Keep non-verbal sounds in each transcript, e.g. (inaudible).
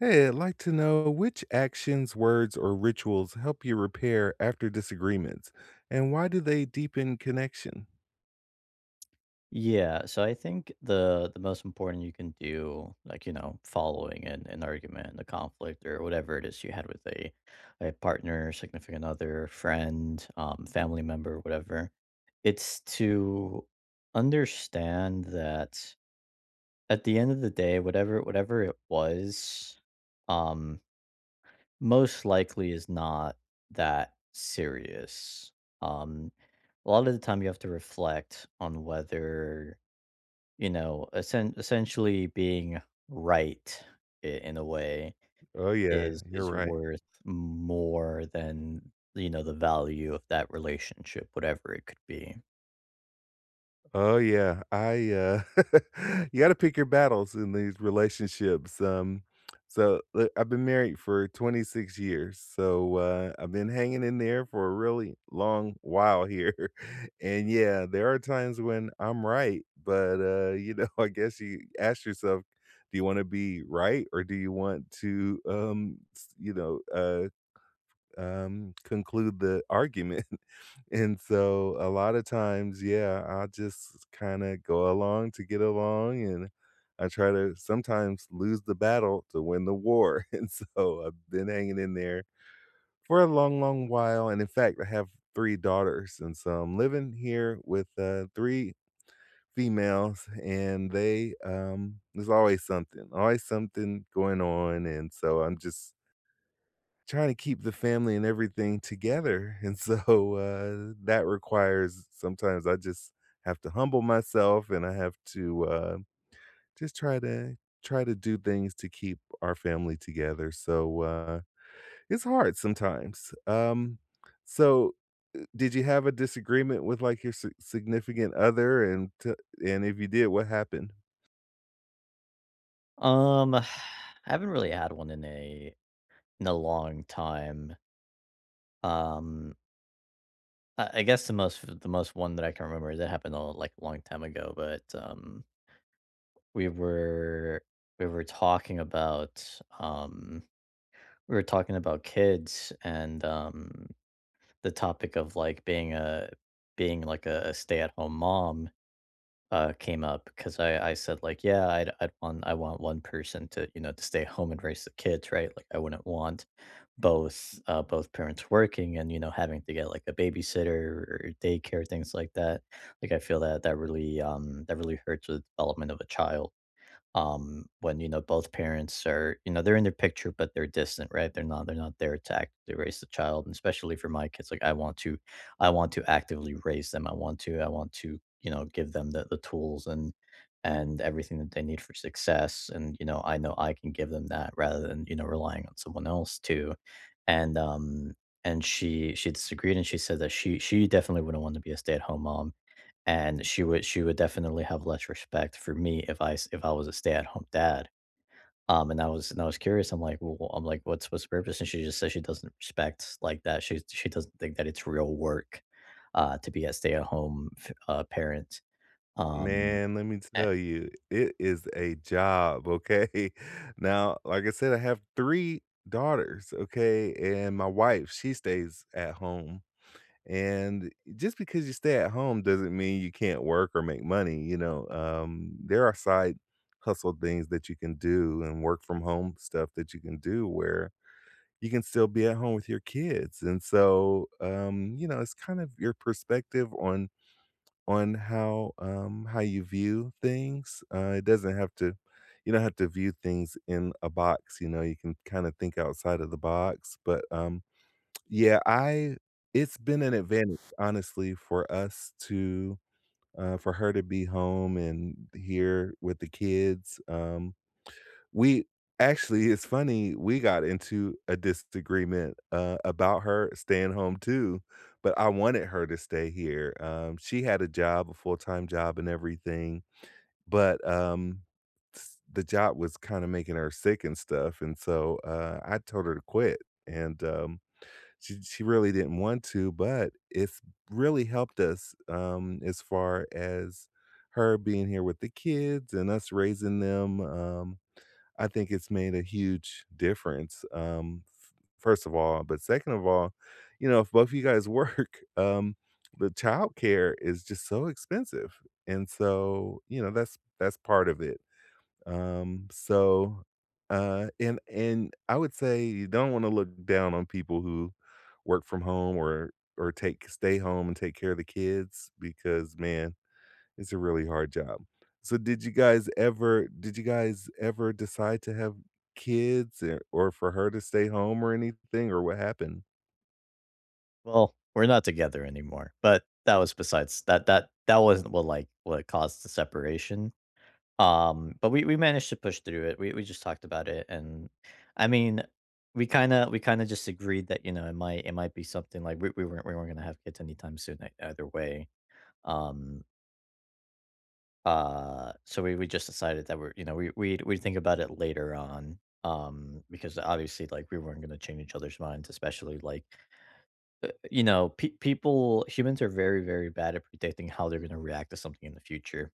Hey, I'd like to know which actions, words, or rituals help you repair after disagreements, and why do they deepen connection? Yeah, so I think the most important you can do, like, following an argument, a conflict, or whatever it is you had with a partner, significant other, friend, family member, whatever, it's to understand that at the end of the day, whatever it was, um, most likely is not that serious. Um, a lot of the time you have to reflect on whether essentially being right I in a way Oh yeah, is you're is right. worth more than, the value of that relationship, whatever it could be. Oh yeah, I (laughs) you got to pick your battles in these relationships. So look, I've been married for 26 years. So I've been hanging in there for a really long while here. (laughs) And yeah, there are times when I'm right, but you know, (laughs) I guess you ask yourself, do you want to be right or do you want to conclude the argument? (laughs) And so a lot of times, yeah, I'll just kind of go along to get along, and I try to sometimes lose the battle to win the war. (laughs) And so I've been hanging in there for a long, long while. And in fact, I have three daughters. And so I'm living here with three females, and they there's always something going on, and so I'm just trying to keep the family and everything together, and so, that requires sometimes I just have to humble myself, and I have to, just try to do things to keep our family together, so, it's hard sometimes, so, did you have a disagreement with, like, your si significant other, and if you did, what happened? Um, (sighs) I haven't really had one in a long time. Um, I guess the most one that I can remember that happened a like, a long time ago, but, we were we were talking about, um we were talking about kids and, the topic of like being like a stay-at-home mom came up because I said like yeah I want one person to to stay home and raise the kids right, like I wouldn't want both parents working and, having to get like a babysitter or daycare, things like that. Like I feel that that really hurts the development of a child, when, both parents are, they're in their picture, but they're distant, right? They're not there to actively raise the child. And especially for my kids, like, I want to, I want to actively raise them I want to give them the, the tools and everything that they need for success. And, I know I can give them that rather than, relying on someone else to. And um and she disagreed, and she said that she definitely wouldn't want to be a stay-at-home mom, and she would definitely have less respect for me if I was a stay-at-home dad. And I was curious. I'm like, what's the purpose?" And she just says she doesn't respect like that. She doesn't think that it's real work, to be a stay-at-home, parent. Um, Man, let me eh tell you, it is a job, okay? (laughs) Now, like I said, I have three daughters, okay? And my wife, she stays at home. And just because you stay at home doesn't mean you can't work or make money, you know? There are side hustle things that you can do and work from home stuff that you can do where you can still be at home with your kids. And so, you know, it's kind of your perspective on how you view things. It doesn't have to You don't have to view things in a box. You know, you can kinda think outside of the box, but, yeah, I it's been an advantage, honestly, for us to, for her to be home and here with the kids. We Actually, it's funny, we got into a disagreement, about her staying home too, but I wanted her to stay here. She had a job, a full-time job and everything, but, s the job was kinda making her sick and stuff, and so, I told her to quit, and, she really didn't want to, but it's really helped us, as far as her being here with the kids and us raising them. I think it's made a huge difference, f first of all, but second of all, you know, if both of you guys work, (laughs) the childcare is just so expensive, and so, you know, that's part of it, um, so, and I would say you don't wanna look down on people who work from home or take stay home and take care of the kids because, man, it's a really hard job. So did you guys ever decide to have kids, or for her to stay home or anything, or what happened? well, we're not together anymore, but that was besides that that wasn't what caused the separation. But we managed to push through it. We just talked about it, and I mean, we kinda just agreed that, it might be something like we weren't gonna have kids anytime soon ei either way. Um, so we just decided that we're you know, we think about it later on, because obviously, like, we weren't gonna change each other's minds, especially, like, pe people humans are very, very bad at predicting how they're gonna react to something in the future.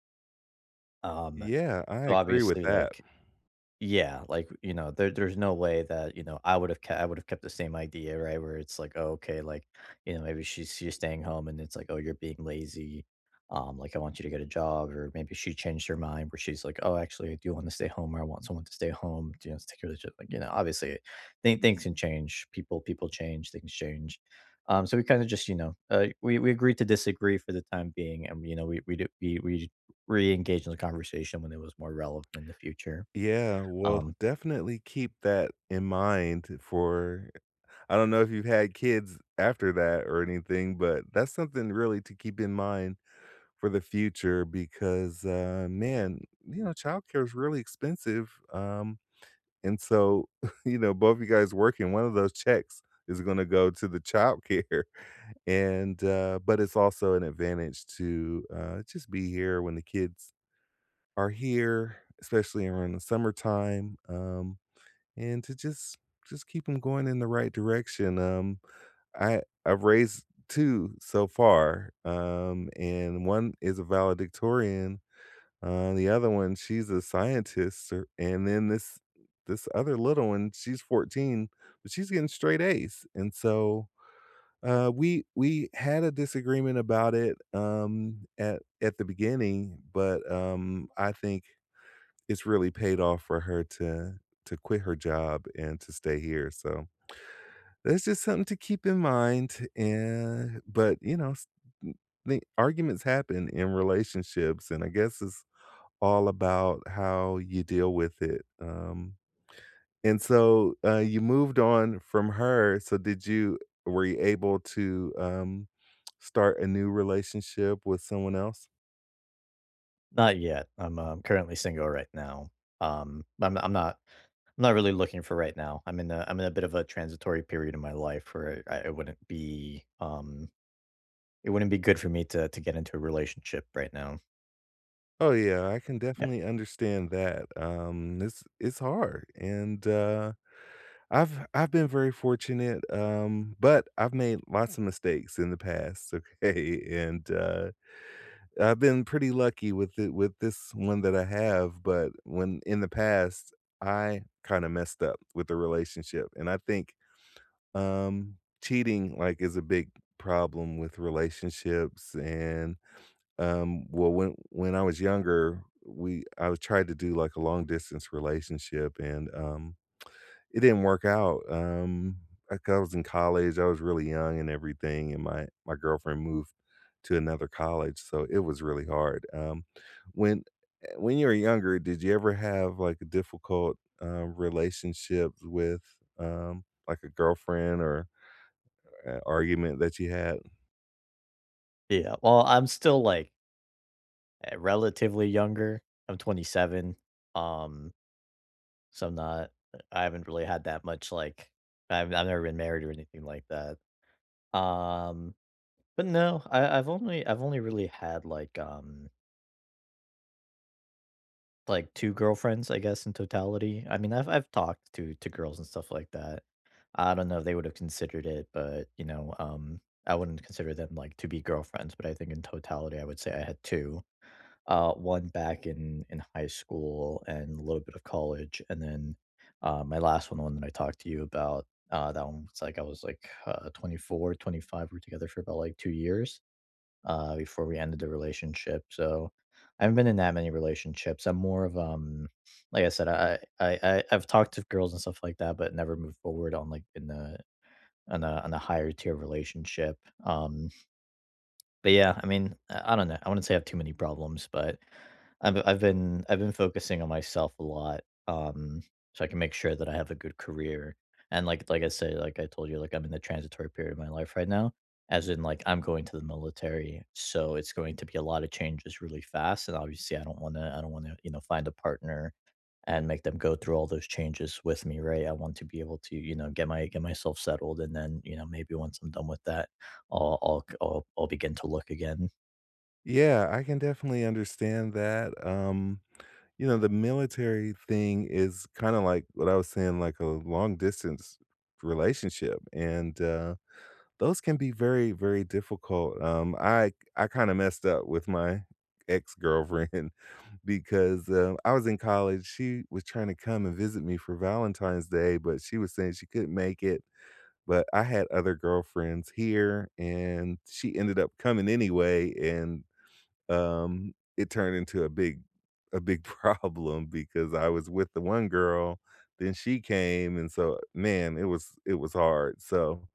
Um, Yeah, I so agree with obviously, that. like Yeah, like, there's no way that, I would have kept the same idea, right? Where it's like, "Oh, okay, like, maybe she's staying home and it's like, oh, you're being lazy. Like, I want you to get a job." Or maybe she changed her mind, where she's like, "Oh, actually, I do want to stay home, or I want someone to stay home, to take care of the chil—" Like, obviously, things can change. People change, things change. So we kind of just, we agreed to disagree for the time being, and, we do we re-engage in the conversation when it was more relevant in the future. Yeah, well, Um definitely keep that in mind for I don't know if you've had kids after that or anything, but that's something really to keep in mind for the future because, man, you know, childcare is really expensive, and so, (laughs) you know, both you guys working, one of those checks is gonna go to the childcare, (laughs) and, but it's also an advantage to, just be here when the kids are here, especially around the summertime, and to just keep them going in the right direction. I've raised two so far, and one is a valedictorian, the other one, she's a scientist, or and then this other little one, she's 14, but she's getting straight A's, and so, we had a disagreement about it, at the beginning, but, I think it's really paid off for her to quit her job and to stay here. So that's just something to keep in mind, and but, you know, s n the arguments happen in relationships, and I guess it's all about how you deal with it. You moved on from her, so did you were you able to, start a new relationship with someone else? Not yet. I'm currently single right now. Um, I'm I'm not I'm not really looking for right now. I'm in a bit of a transitory period in my life where it wouldn't be good for me to get into a relationship right now. Oh, yeah, I can Yeah. definitely understand that. It's hard, and, I've been very fortunate, but I've made lots of mistakes in the past, (laughs) okay? And, I've been pretty lucky with it with this one that I have, but when in the past, I kinda messed up with the relationship, and I think, cheating, like, is a big problem with relationships, and, well, when I was younger, we I was tried to do, like, a long distance relationship, and, it didn't work out, like, I was in college, I was really young and everything, and my girlfriend moved to another college, so it was really hard, when when you were younger, did you ever have, like, a difficult, relationship with, like, a girlfriend or a argument that you had? Yeah. Well, I'm still like relatively younger. I'm 27. Um, so I haven't really had that much, like, I've never been married or anything like that. Um, but no, I've only really had, like 2 girlfriends, I guess, in totality. I mean, I've talked to girls and stuff like that. I don't know if they would have considered it, but, I wouldn't consider them, like, to be girlfriends, but I think in totality, I would say I had 2. 1 back in high school and a little bit of college, and then, my last one, the one that I talked to you about, that one was, like I was, like, 20, we were together for about, like, 2 years, before we ended the relationship. So I haven't been in that many relationships. I'm more of like I said, I've talked to girls and stuff like that, but never moved forward, on like in the on a higher tier relationship. Um, but yeah, I mean, I don't know. I wouldn't say I have too many problems, but I've been focusing on myself a lot, um, so I can make sure that I have a good career. And, like I say, like I told you, like, I'm in the transitory period of my life right now, as in, like, I'm going to the military, so it's going to be a lot of changes really fast. And obviously, I don't want to I don't want to you know find a partner and make them go through all those changes with me, right? I want to be able to, get myself settled, and then, maybe once I'm done with that, I'll c I'll begin to look again. Yeah, I can definitely understand that, you know, the military thing is kinda like what I was saying, like a long distance relationship, and, those can be very, very difficult. I kinda messed up with my ex-girlfriend (laughs) because, I was in college, she was trying to come and visit me for Valentine's Day, but she was saying she couldn't make it, but I had other girlfriends here, and she ended up coming anyway, and, it turned into a big (laughs) problem because I was with the one girl, then she came, and so, man, it was hard, so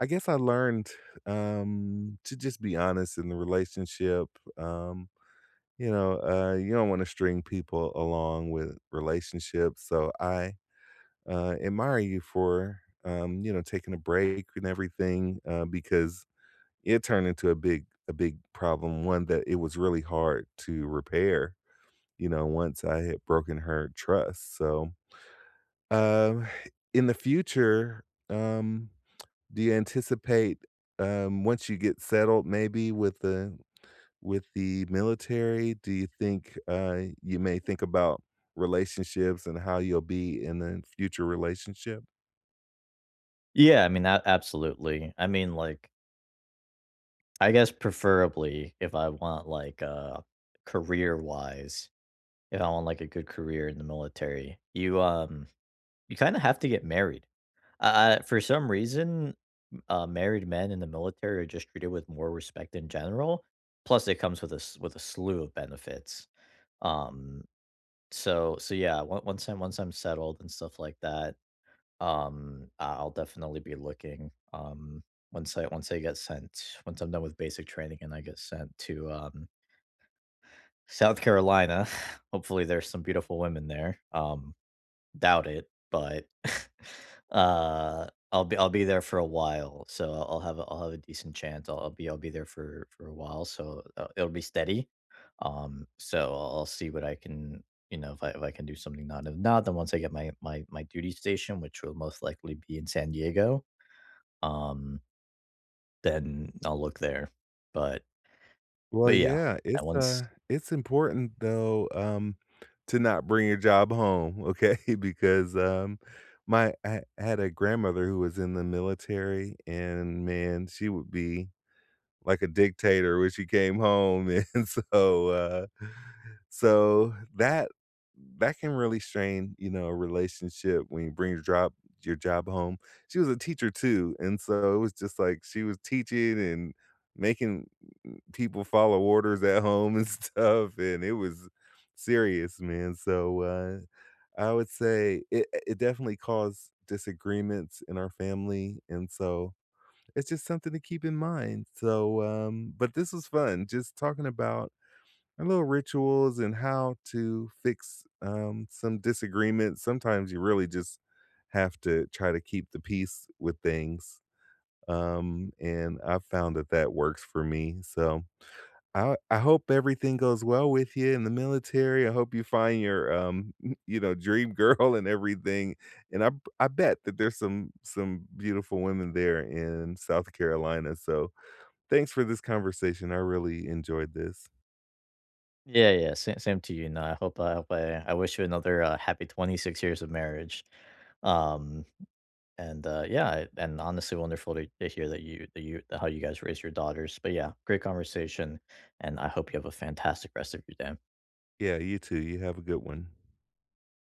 I guess I learned, to just be honest in the relationship, um, you know, you don't wanna string people along with relationships, so I, admire you for, you know, taking a break and everything, because it turned into a big problem, one that it was really hard to repair, you know, once I had broken her trust. So, um, in the future, um do you anticipate, once you get settled maybe with the military, do you think, you may think about relationships and how you'll be in a future relationship? Yeah, I mean, that absolutely. I mean, like, I guess preferably if I want, like, career-wise, if I want, like, a good career in the military, you kinda have to get married. For some reason, married men in the military are just treated with more respect in general, plus it comes with a s with a slew of benefits. Um, so, yeah, on once I'm settled and stuff like that, I'll definitely be looking, once I'm done with basic training, and I get sent to, South Carolina. (sighs) (laughs) Hopefully there's some beautiful women there. Doubt it, but, (laughs) uh, I'll be there for a while, so I'll have a decent chance. I'll be there for a while, so, it'll be steady. So I'll see what I can you know, if I can do something. Not if not, then once I get my duty station, which will most likely be in San Diego, um, then I'll look there. But Well, but yeah, yeah, and once... it's important though, to not bring your job home, okay? (laughs) Because, my I had a grandmother who was in the military, and man, she would be like a dictator when she came home, (laughs) and so, that that can really strain, you know, a relationship when you bring your job home. She was a teacher too, and so it was just like she was teaching and making people follow orders at home and (laughs) stuff, and it was serious, man, so, I would say it definitely caused disagreements in our family, and so it's just something to keep in mind. So, but this was fun just talking about our little rituals and how to fix, some disagreements. Sometimes you really just have to try to keep the peace with things. And I've found that that works for me. So I hope everything goes well with you in the military. I hope you find your, (laughs) you know, dream girl and everything. And I bet that there's some beautiful women there in South Carolina. So thanks for this conversation. I really enjoyed this. Yeah, yeah, sa same to you, and I hope I hope I wish you another, happy 26 years of marriage. Um And, yeah, and honestly wonderful to hear that you how you guys raise your daughters. But yeah, great conversation, and I hope you have a fantastic rest of your day. Yeah, you too. You have a good one.